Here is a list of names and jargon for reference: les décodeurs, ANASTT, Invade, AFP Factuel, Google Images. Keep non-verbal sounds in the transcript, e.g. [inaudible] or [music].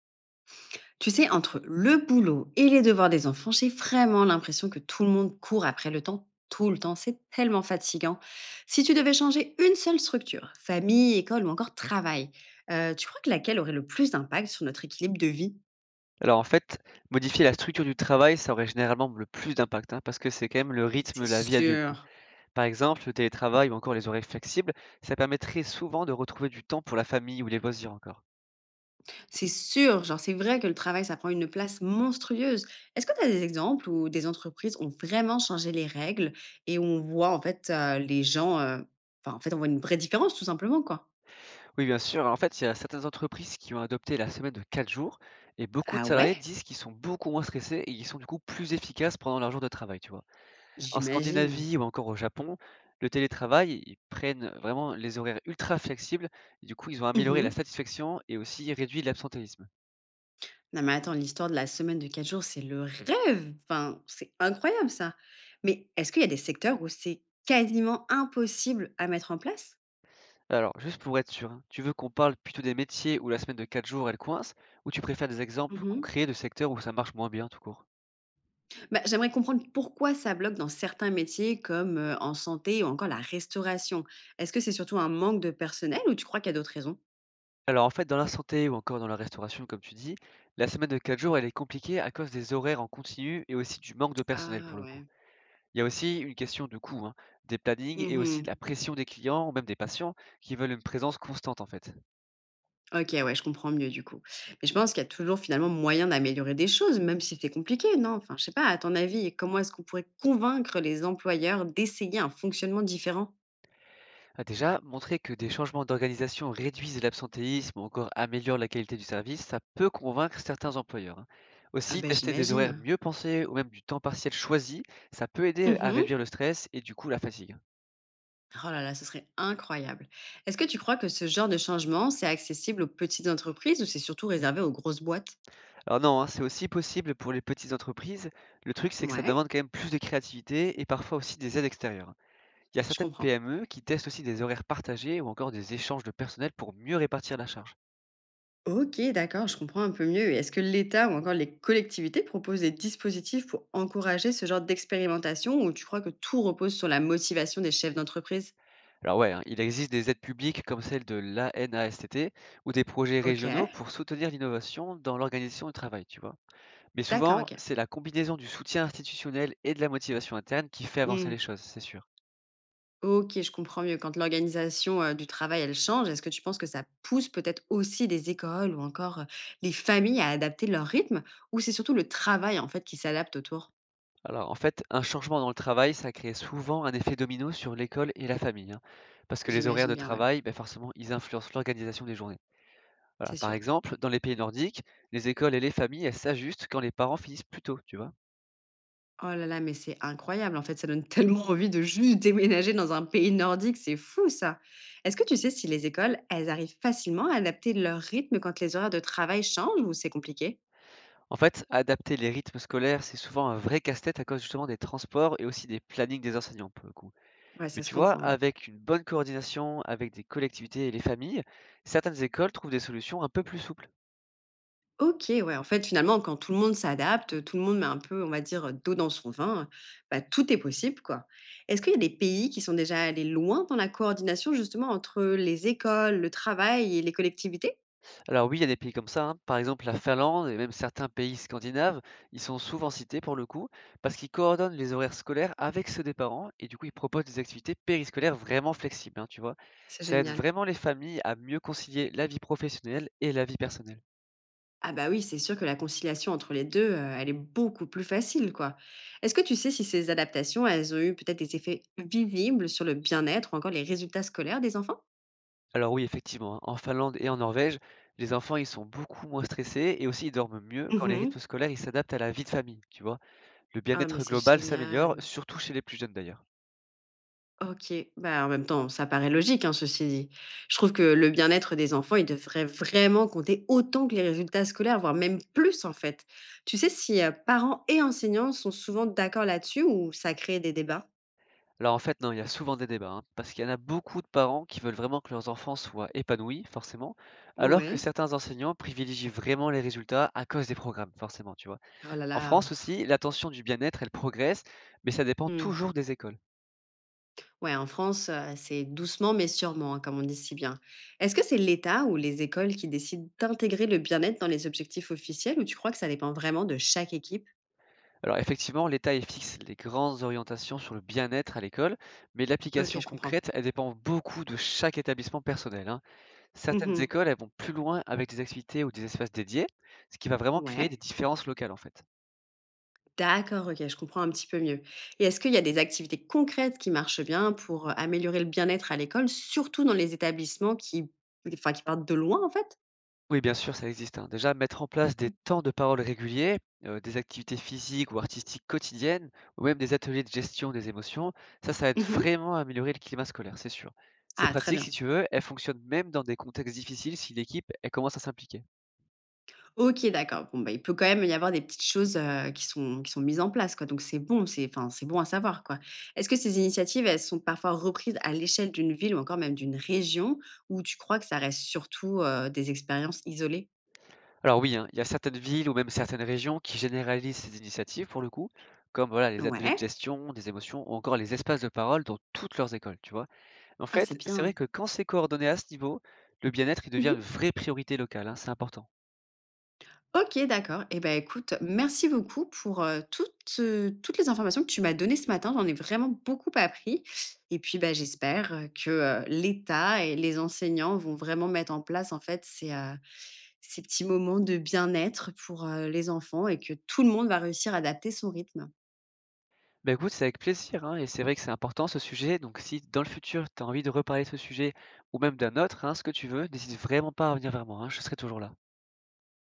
Tu sais, entre le boulot et les devoirs des enfants, j'ai vraiment l'impression que tout le monde court après le temps tout le temps. C'est tellement fatigant. Si tu devais changer une seule structure, famille, école ou encore travail, tu crois que laquelle aurait le plus d'impact sur notre équilibre de vie. Alors en fait, modifier la structure du travail, ça aurait généralement le plus d'impact, hein, parce que c'est quand même le rythme C'est de la vie adulte, hein. sûr. Par exemple, le télétravail ou encore les horaires flexibles, ça permettrait souvent de retrouver du temps pour la famille ou les loisirs encore. C'est sûr. Genre, c'est vrai que le travail, ça prend une place monstrueuse. Est-ce que tu as des exemples où des entreprises ont vraiment changé les règles et où on voit en fait les gens. Enfin, en fait, on voit une vraie différence tout simplement, quoi. Oui, bien sûr, en fait, il y a certaines entreprises qui ont adopté la semaine de 4 jours, et beaucoup de Ah salariés ouais. disent qu'ils sont beaucoup moins stressés et qu'ils sont du coup plus efficaces pendant leur jour de travail, tu vois. En J'imagine. Scandinavie ou encore au Japon, le télétravail, ils prennent vraiment les horaires ultra flexibles, et du coup, ils ont amélioré la Mmh. satisfaction et aussi réduit l'absentéisme. Non mais attends, l'histoire de la semaine de 4 jours, c'est le rêve! Enfin, c'est incroyable ça. Mais est-ce qu'il y a des secteurs où c'est quasiment impossible à mettre en place? Alors, juste pour être sûr, hein, tu veux qu'on parle plutôt des métiers où la semaine de 4 jours elle coince, ou tu préfères des exemples Mmh. concrets de secteurs où ça marche moins bien tout court? Bah, j'aimerais comprendre pourquoi ça bloque dans certains métiers comme, en santé ou encore la restauration. Est-ce que c'est surtout un manque de personnel ou tu crois qu'il y a d'autres raisons? Alors en fait, dans la santé ou encore dans la restauration, comme tu dis, la semaine de 4 jours elle est compliquée à cause des horaires en continu et aussi du manque de personnel Ah pour le coup. ouais. Il y a aussi une question de coût, hein, des plannings et aussi de la Mmh. pression des clients ou même des patients qui veulent une présence constante en fait. OK, ouais, je comprends mieux du coup. Mais je pense qu'il y a toujours finalement moyen d'améliorer des choses, même si c'est compliqué, non? Enfin, je sais pas, à ton avis, comment est-ce qu'on pourrait convaincre les employeurs d'essayer un fonctionnement différent? Ah, déjà, montrer que des changements d'organisation réduisent l'absentéisme ou encore améliorent la qualité du service, ça peut convaincre certains employeurs, hein. Ah Aussi, ben, tester des horaires j'imagine. mieux pensés ou même du temps partiel choisi, ça peut aider à Mmh. réduire le stress et du coup la fatigue, hein. Oh là là, ce serait incroyable. Est-ce que tu crois que ce genre de changement, c'est accessible aux petites entreprises ou c'est surtout réservé aux grosses boîtes? Alors non, hein, c'est aussi possible pour les petites entreprises. Le truc, c'est que ça Ouais, demande quand même plus de créativité et parfois aussi des aides extérieures, hein. Il y a je certaines comprends. PME qui testent aussi des horaires partagés ou encore des échanges de personnel pour mieux répartir la charge. OK, d'accord, je comprends un peu mieux. Et est-ce que l'État ou encore les collectivités proposent des dispositifs pour encourager ce genre d'expérimentation ou tu crois que tout repose sur la motivation des chefs d'entreprise? Alors ouais, hein, il existe des aides publiques comme celle de la l'ANASTT ou des projets régionaux OK, pour soutenir l'innovation dans l'organisation du travail, tu vois. Mais d'accord, souvent, OK. c'est la combinaison du soutien institutionnel et de la motivation interne qui fait avancer Hmm, les choses, c'est sûr. OK, je comprends mieux. Quand l'organisation du travail, elle change, est-ce que tu penses que ça pousse peut-être aussi des écoles ou encore les familles à adapter leur rythme ou c'est surtout le travail en fait qui s'adapte autour? Alors en fait, un changement dans le travail, ça crée souvent un effet domino sur l'école et la famille, hein, parce que les horaires J'imagine de bien, ouais, travail, ben forcément, ils influencent l'organisation des journées. Voilà, c'est par sûr. exemple, dans les pays nordiques, les écoles et les familles, elles s'ajustent quand les parents finissent plus tôt, tu vois. Oh là là, mais c'est incroyable. En fait, ça donne [laughs] tellement envie de juste déménager dans un pays nordique, c'est fou ça. Est-ce que tu sais si les écoles, elles arrivent facilement à adapter leur rythme quand les horaires de travail changent ou c'est compliqué? En fait, adapter les rythmes scolaires, c'est souvent un vrai casse-tête à cause justement des transports et aussi des plannings des enseignants pour le coup. Ouais, ça Mais se tu vois, comprend, hein. avec une bonne coordination avec des collectivités et les familles, certaines écoles trouvent des solutions un peu plus souples. Ok, ouais. En fait, finalement, quand tout le monde s'adapte, tout le monde met un peu, on va dire, d'eau dans son vin, bah, tout est possible, quoi. Est-ce qu'il y a des pays qui sont déjà allés loin dans la coordination, justement, entre les écoles, le travail et les collectivités? Alors oui, il y a des pays comme ça, hein. Par exemple la Finlande et même certains pays scandinaves, ils sont souvent cités pour le coup parce qu'ils coordonnent les horaires scolaires avec ceux des parents et du coup ils proposent des activités périscolaires vraiment flexibles, hein, tu vois. C'est Ça aide génial. vraiment les familles à mieux concilier la vie professionnelle et la vie personnelle. Ah bah oui, c'est sûr que la conciliation entre les 2, elle est beaucoup plus facile, quoi. Est-ce que tu sais si ces adaptations, elles ont eu peut-être des effets visibles sur le bien-être ou encore les résultats scolaires des enfants? Alors oui, effectivement, hein, en Finlande et en Norvège, les enfants, ils sont beaucoup moins stressés et aussi ils dorment mieux quand les Mmh. rythmes scolaires, ils s'adaptent à la vie de famille, tu vois. Le Ah mais bien-être c'est global s'améliore, génial. surtout chez les plus jeunes d'ailleurs. OK, bah, en même temps, ça paraît logique, hein, ceci dit. Je trouve que le bien-être des enfants, il devrait vraiment compter autant que les résultats scolaires, voire même plus, en fait. Tu sais si, parents et enseignants sont souvent d'accord là-dessus ou ça crée des débats? Alors en fait, non, il y a souvent des débats, hein, parce qu'il y en a beaucoup de parents qui veulent vraiment que leurs enfants soient épanouis, forcément, alors que Ouais. certains enseignants privilégient vraiment les résultats à cause des programmes, forcément, tu vois. Oh là En là. France aussi, l'attention du bien-être, elle progresse, mais ça dépend Mmh. toujours des écoles. Ouais, en France, c'est doucement mais sûrement, hein, comme on dit si bien. Est-ce que c'est l'État ou les écoles qui décident d'intégrer le bien-être dans les objectifs officiels ou tu crois que ça dépend vraiment de chaque équipe? Alors effectivement, l'État y fixe les grandes orientations sur le bien-être à l'école, mais OK, l'application je comprends. concrète, elle dépend beaucoup de chaque établissement personnel, hein. Certaines Mmh. écoles, elles vont plus loin avec des activités ou des espaces dédiés, ce qui va vraiment créer des Ouais. différences locales en fait. D'accord, OK, je comprends un petit peu mieux et est-ce qu'il y a des activités concrètes qui marchent bien pour, améliorer le bien-être à l'école, surtout dans les établissements qui enfin qui partent de loin en fait? Oui, bien sûr, ça existe, hein. Déjà, mettre en place des Mmh. temps de parole réguliers, des activités physiques ou artistiques quotidiennes, ou même des ateliers de gestion des émotions, ça aide Mmh. vraiment à améliorer le climat scolaire, c'est sûr. Ces Ah, très pratiques, si bien. tu veux, elles fonctionnent même dans des contextes difficiles si l'équipe, elle commence à s'impliquer. OK, d'accord. Bon, bah, il peut quand même y avoir des petites choses, qui sont mises en place, quoi, donc c'est bon, c'est enfin, c'est bon à savoir, quoi. Est-ce que ces initiatives, elles sont parfois reprises à l'échelle d'une ville ou encore même d'une région ou tu crois que ça reste surtout, des expériences isolées? Alors oui, hein, il y a certaines villes ou même certaines régions qui généralisent ces initiatives pour le coup, comme voilà les ateliers de Ouais. gestion des émotions ou encore les espaces de parole dans toutes leurs écoles, tu vois. En Ah, fait, c'est c'est bien. vrai que quand c'est coordonné à ce niveau, le bien-être il devient Mmh. une vraie priorité locale, hein, c'est important. OK, d'accord. Eh ben, écoute, merci beaucoup pour, toutes les informations que tu m'as données ce matin. J'en ai vraiment beaucoup appris et puis, bah, j'espère, l'État et les enseignants vont vraiment mettre en place, en fait, ces ces petits moments de bien-être pour, les enfants et que tout le monde va réussir à adapter son rythme. Bah écoute, c'est avec plaisir, hein, et c'est vrai que c'est important ce sujet, donc si dans le futur tu as envie de reparler de ce sujet ou même d'un autre, hein, ce que tu veux, n'hésite vraiment pas à revenir vers moi, hein, je serai toujours là.